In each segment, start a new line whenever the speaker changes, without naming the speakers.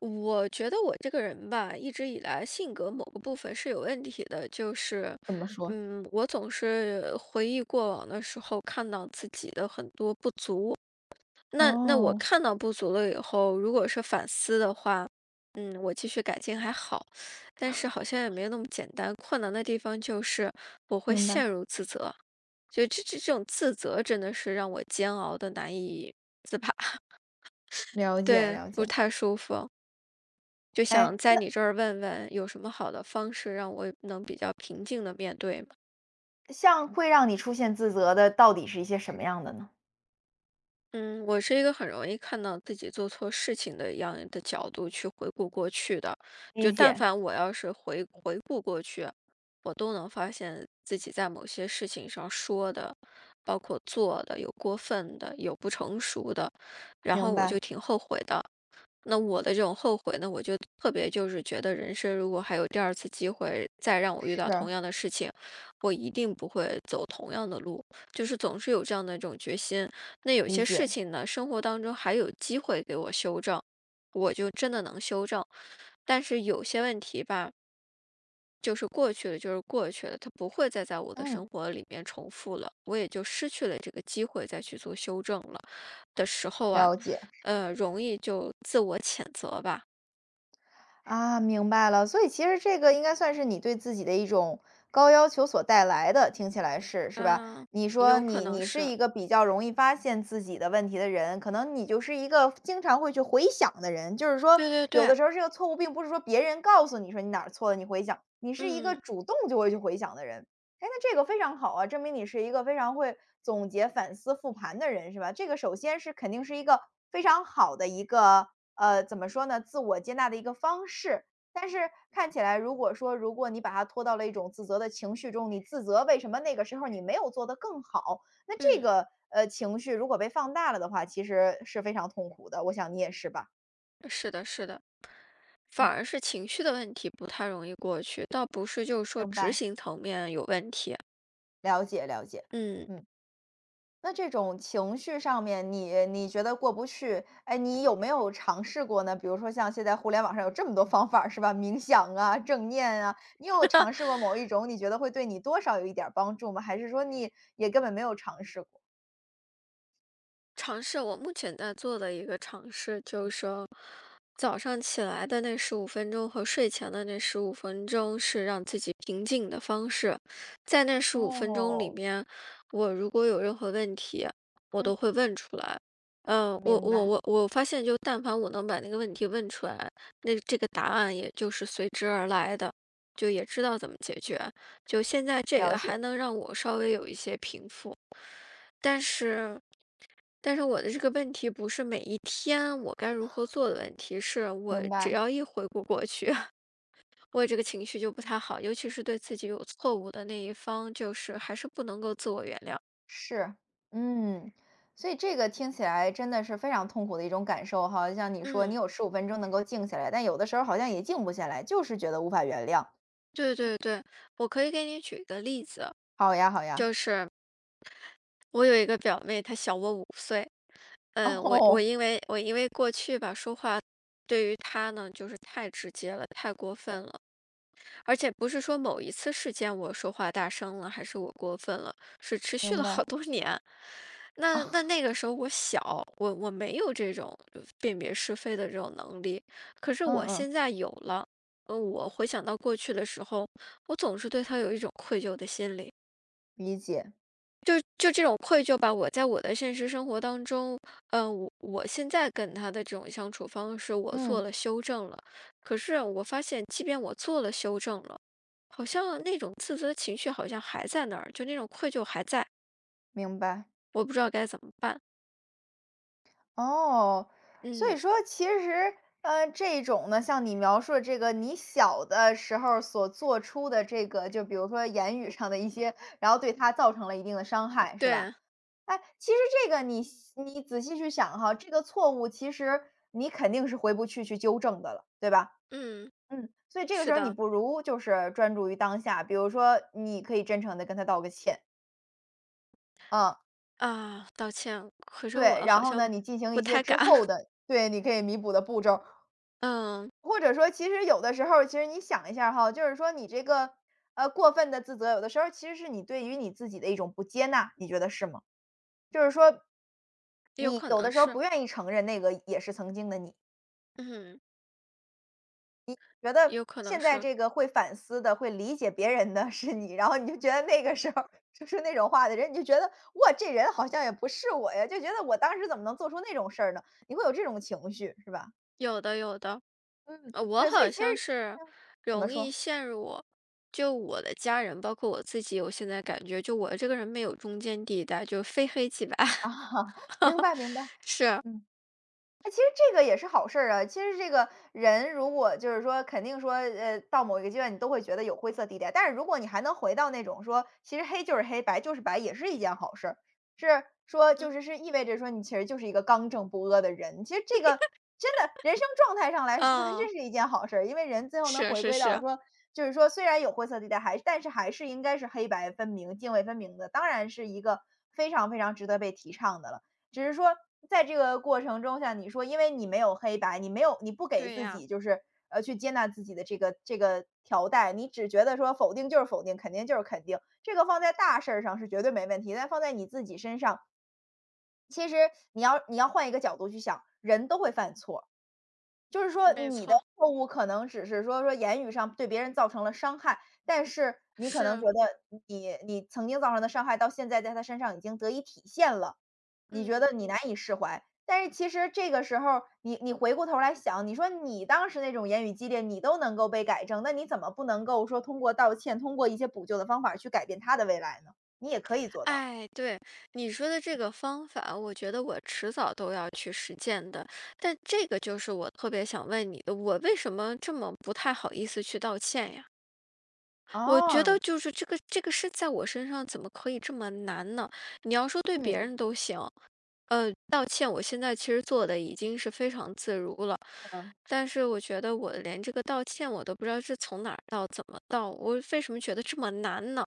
我觉得我这个人吧，一直以来性格某个部分是有问题的，就是，
怎么说？
我总是回忆过往的时候，看到自己的很多不足。那我
哦，
看到不足了以后，如果是反思的话，我继续改进还好，但是好像也没那么简单。困难的地方就是我会
明白，
陷入自责，就这种自责真的是让我煎熬的难以自拔，
了解
对，
了解。
不太舒服。就
哎，
想在
那
你这儿问问，有什么好的方式让我能比较平静的面对吗？
像会让你出现自责的，到底是一些什么样的呢？
嗯，我是一个很容易看到自己做错事情的一样的角度去回顾过去的，就
理
但
解，
凡我要是回顾过去，我都能发现自己在某些事情上说的，包括做的，有过分的，有不成熟的，然后
明
我
白，
就挺后悔的。那我的这种后悔呢，我就特别就是觉得人生如果还有第2次机会，再让我遇
是，
到同样的事情，我一定不会走同样的路，就是总是有这样的一种决心。那有
理
些事
解，
情呢，生活当中还有机会给我修正，我就真的能修正。但是有些问题吧，就是过去了，就是过去了，它不会再在我的
嗯，
生活里面重复了，我也就失去了这个机会再去做修正了的时候啊，
了解。
容易就自我谴责吧。
啊，明白了。所以其实这个应该算是你对自己的一种高要求所带来的，听起来是是吧？
嗯，
你说
有可
你
能
你是
是，
一个比较容易发现自己的问题的人，可能你就是一个经常会去回想的人。就是说，
对对
有的
对，
时候这个错误并不是说别人告诉你说你哪儿错了，你回想，你是一个
嗯
主动就会去回想的人。哎，那这个非常好啊，证明你是一个非常会总结、反思、复盘的人，是吧？这个首先是肯定是一个非常好的一个，怎么说呢，自我接纳的一个方式。但是看起来，如果说如果你把它拖到了一种自责的情绪中，你自责为什么那个时候你没有做得更好，那这
嗯，
个情绪如果被放大了的话，其实是非常痛苦的。我想你也是吧？
是的，是的，反
嗯，
而是情绪的问题不太容易过去，倒不是就是说
明
执
白，
行层面有问题，
了解了解，
嗯。
嗯。那这种情绪上面你觉得过不去，哎，你有没有尝试过呢？比如说像现在互联网上有这么多 方法儿是吧？冥想啊，正念啊，你有尝试过某一种，你觉得会对你多少有一点儿帮助吗？还是说你也根本没有尝试过？
尝试，我目前在做的一个尝试就是说，早上起来的那十五分钟和睡前的那十五分钟是让自己平静的方式。在那十五分钟里
哦，
面，我如果有任何问题，我都
嗯，
会问出来。嗯，我
明
我
白，
我我发现就但凡我能把那个问题问出来，那这个答案也就是随之而来的，就也知道怎么解决。就现在这
了
个还
解，
能让我稍微有一些平复，但是但是我的这个问题不是每一天我该如何做的问题，是我
明
只
白，
要一回顾过去，我这个情绪就不太好，尤其是对自己有错误的那一方，就是还是不能够自我原谅。
是，嗯，所以这个听起来真的是非常痛苦的一种感受哈。像你说，你
嗯，
有15分钟能够静下来，但有的时候好像也静不下来，就是觉得无法原谅。
对对对，我可以给你举一个例子，
好呀，好呀。
就是我有一个表妹，她小我5岁，
哦，
嗯，我我
哦
因为我因为过去吧说话对于她呢就是太直接了，太过分了。而且不是说某一次事件我说话大声了，还是我过分了，是持续
明
了
白，
好多年。那那
啊，
那个时候我小，我没有这种辨别是非的这种能力，可是
嗯
我
嗯，
现在有了。呃，我回想到过去的时候，我总是对他有一种愧疚的心理。
理解，
就这种愧疚吧，我在我的现实生活当中，嗯，我现在跟他的这种相处方式，我做
嗯，
了修正了。可是我发现，即便我做了修正了，好像那种自责的情绪好像还在那儿，就那种愧疚还在，
明白。
我不知道该怎么办。
哦，所以
嗯，
说其实，这种呢，像你描述的这个你小的时候所做出的这个，就比如说言语上的一些，然后对他造成了一定的伤害，是吧？
对，
哎，其实这个你仔细去想哈，这个错误其实你肯定是回不去去纠正的了，对吧？
嗯，
嗯，所以这个
是
时候你
的，
不如就是专注于当下，比如说你可以真诚的跟他道个歉，嗯。
啊，道歉，可是
对，
我
然
好
后呢，
像
你进行
不
一些
太
之
敢。
后 的对，你可以弥补的步骤。
嗯，
或者说其实有的时候，其实你想一下哈，就是说你这个，过分的自责，有的时候其实是你对于你自己的一种不接纳，你觉得是吗？就是说
有
你
可
有的
能
时候
是，
不愿意承认那个也是曾经的你，
嗯，
觉得
有可能
现在
是，
这个会反思的、会理解别人的是你，然后你就觉得那个时候说出那种话的人，你就觉得：“哇，这人好像也不是我呀，就觉得我当时怎么能做出那种事儿呢？”你会有这种情绪，是吧？
有的，有的。
嗯，
我
对，所以
好
其
像
实
是
嗯怎么
容易
说？
陷入，就我的家人，包括我自己，我现在感觉就我这个人没有中间地带，就非黑即白。
啊，明 白明白，
是，
嗯。哎，其实这个也是好事儿啊。其实这个人如果就是说，肯定说，到某一个阶段，你都会觉得有灰色地带。但是如果你还能回到那种说，其实黑就是黑，白就是白，也是一件好事儿。是说，
嗯，
就是是意味着说，你其实就是一个刚正不阿的人。其实这个真的人生状态上来 说，它
嗯，
真是一件好事儿，因为人最后能
是
回
是
归到
是，
说，就是说，虽然有灰色地带，还但是还是应该是黑白分明、泾渭分明的，当然是一个非常非常值得被提倡的了。只是说在这个过程中，像你说，因为你没有黑白，你没有你不给
对
自
呀，
己就是，去接纳自己的这个条带，你只觉得说否定就是否定，肯定就是肯定，这个放在大事儿上是绝对没问题，但放在你自己身上，其实你要换一个角度去想，人都会犯错。就是说
没
你的
错，
错误可能只是说说言语上对别人造成了伤害，但是你可能觉
是，
得你曾经造成的伤害到现在在他身上已经得以体现了，你觉得
嗯，
你难以释怀。但是其实这个时候，你回过头来想，你说你当时那种言语激烈，你都能够被改正，那你怎么不能够说通过道歉，通过一些补救的方法去改变他的未来呢？你也可以做到。
哎，对你说的这个方法，我觉得我迟早都要去实践的。但这个就是我特别想问你的，我为什么这么不太好意思去道歉呀？我觉
哦，
得就是这个事在我身上怎么可以这么难呢？你要说对别
嗯。
人都行，道歉我现在其实做的已经是非常自如了，
嗯。
但是我觉得我连这个道歉我都不知道是从哪儿到怎么到，我为什么觉得这么难呢？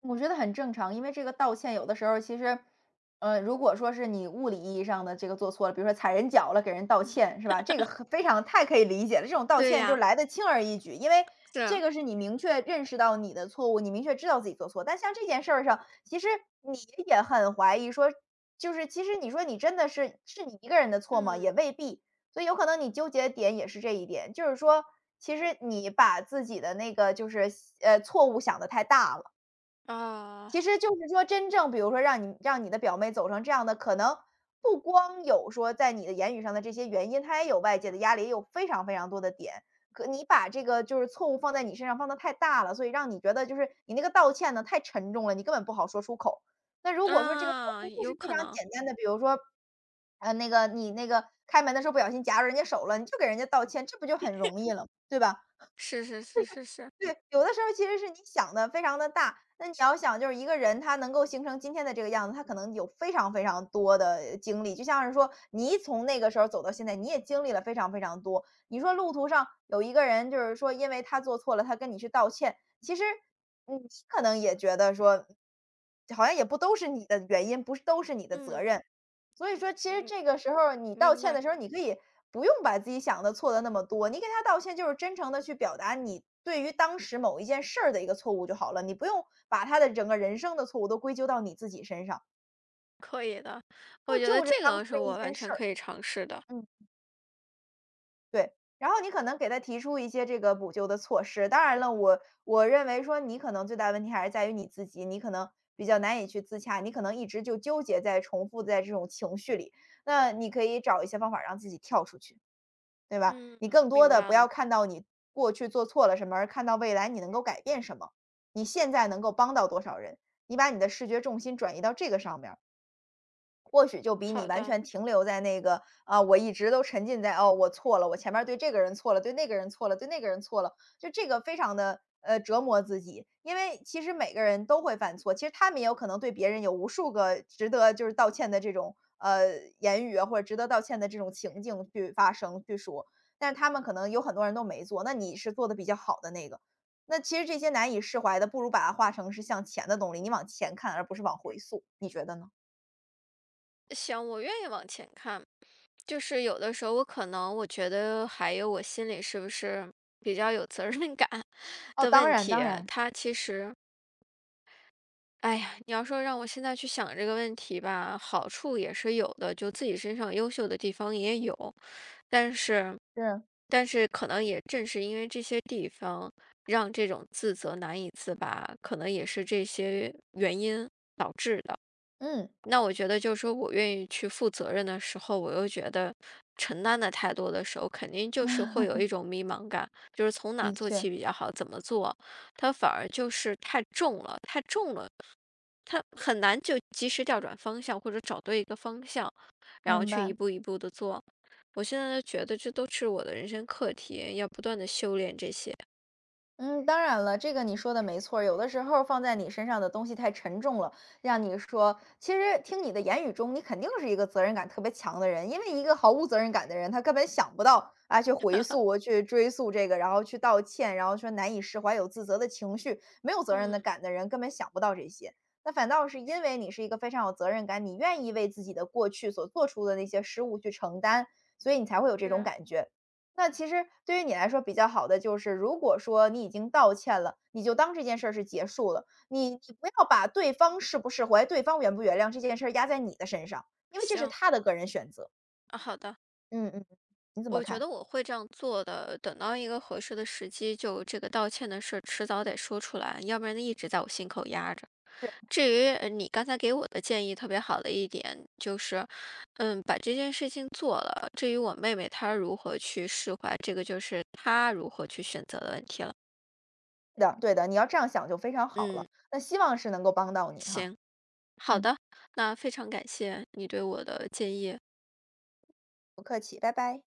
我觉得很正常，因为这个道歉有的时候其实，如果说是你物理意义上的这个做错了，比如说踩人脚了，给人道歉是吧？这个很非常太可以理解了，这种道
对
歉就
呀，
来得轻而易举，因为这
是，
个是你明确认识到你的错误，你明确知道自己做错。但像这件事儿上，其实你也很怀疑说，就是其实你说你真的是你一个人的错吗？也
嗯，
未必，所以有可能你纠结的点也是这一点，就是说，其实你把自己的那个就是错误想得太大了。
啊
其实就是说真正比如说让你的表妹走成这样的，可能不光有说在你的言语上的这些原因，她也有外界的压力，也有非常非常多的点。可你把这个就是错误放在你身上放的太大了，所以让你觉得就是你那个道歉呢太沉重了，你根本不好说出口。那如果说这个道
啊，
歉就
有
是非
可
常
能
简单的，比如说，那个你那个开门的时候不小心夹着人家手了，你就给人家道歉，这不就很容易了，对吧？
是，
对，有的时候其实是你想的非常的大，那你要想就是一个人他能够形成今天的这个样子，他可能有非常非常多的经历，就像是说你从那个时候走到现在，你也经历了非常非常多。你说路途上有一个人就是说因为他做错了，他跟你去道歉，其实你可能也觉得说，好像也不都是你的原因，不是都是你的责
嗯
任。所以说其实
嗯，
这个时候你道
明
歉
白，
的时候你可以不用把自己想的错的那么多，你给他道歉就是真诚的去表达你对于当时某一件事儿的一个错误就好了，你不用把他的整个人生的错误都归咎到你自己身上，
可以的，我
就
觉得
就着
这
当
个
时
是
的一
我
件
完全
事儿，
可以尝试的，
嗯，对。然后你可能给他提出一些这个补救的措施，当然了，我认为说你可能最大问题还是在于你自己，你可能比较难以去自洽，你可能一直就纠结在重复在这种情绪里，那你可以找一些方法让自己跳出去。对吧？
嗯，
你更多
明
的不
白
要
了，
看到你过去做错了什么，而看到未来你能够改变什么，你现在能够帮到多少人，你把你的视觉重心转移到这个上面或许就比你
好
完
的。
全停留在那个，啊，我一直都沉浸在，哦，我错了，我前面儿对这个人错了，对那个人错了，对那个人错了，就这个非常的折磨自己。因为其实每个人都会犯错，其实他们也有可能对别人有无数个值得就是道歉的这种，言语啊，或者值得道歉的这种情境去发生、去说，但是他们可能有很多人都没做，那你是做的比较好的那个。那其实这些难以释怀的，不如把它化成是向前的动力，你往前看而不是往回溯，你觉得呢？
行，我愿意往前看。就是有的时候，我可能我觉得还有我心里是不是比较有责任感
哦，
的
当
问
然
题。
当然，
他其实，哎呀，你要说让我现在去想这个问题吧，好处也是有的，就自己身上优秀的地方也有，但是，
是，
但是可能也正是因为这些地方，让这种自责难以自拔，可能也是这些原因。
嗯，
那我觉得就是说我愿意去负责任的时候，我又觉得承担的太多的时候，肯定就是 会有一种迷茫感，就是从哪
的
做
确，
起比较好，怎么做，它反而就是太重了，太重了，它很难就及时调转方向或者找对一个方向，然后
明
去一
白。
步一步的做。我现在就觉得这都是我的人生课题，要不断的修炼这些。
嗯，当然了，这个你说的没错儿有的时候放在你身上的东西太沉重了，让你说，其实听你的言语中，你肯定是一个责任感特别强的人。因为一个毫无责任感的人，他根本想不到啊，去回溯、去追溯这个，然后去道歉，然后说难以释怀、有自责的情绪。没有责任的
嗯，
感的人，根本想不到这些。那反倒是因为你是一个非常有责任感，你愿意为自己的过去所做出的那些失误去承担，所以你才会有这种
是，
感觉。那其实对于你来说比较好的就是，如果说你已经道歉了，你就当这件事儿是结束了，你你不要把对方释不释怀、对方原不原谅这件事儿压在你的身上，因为这是
行，
他的个人选择。
啊，好的。
嗯嗯，你怎么
我觉
看？
得我会这样做的，等到一个合适的时机，就这个道歉的事儿迟早得说出来，要不然一直在我心口压着。
是
至于你刚才给我的建议特别好的一点，就是，嗯，把这件事情做了。至于我妹妹她如何去释怀，这个就是她如何去选择的问题了。
的，对的，你要这样想就非常好了。
嗯，
那希望是能够帮到你哈。
行，好
嗯，
的，那非常感谢你对我的建议。
不客气，拜拜。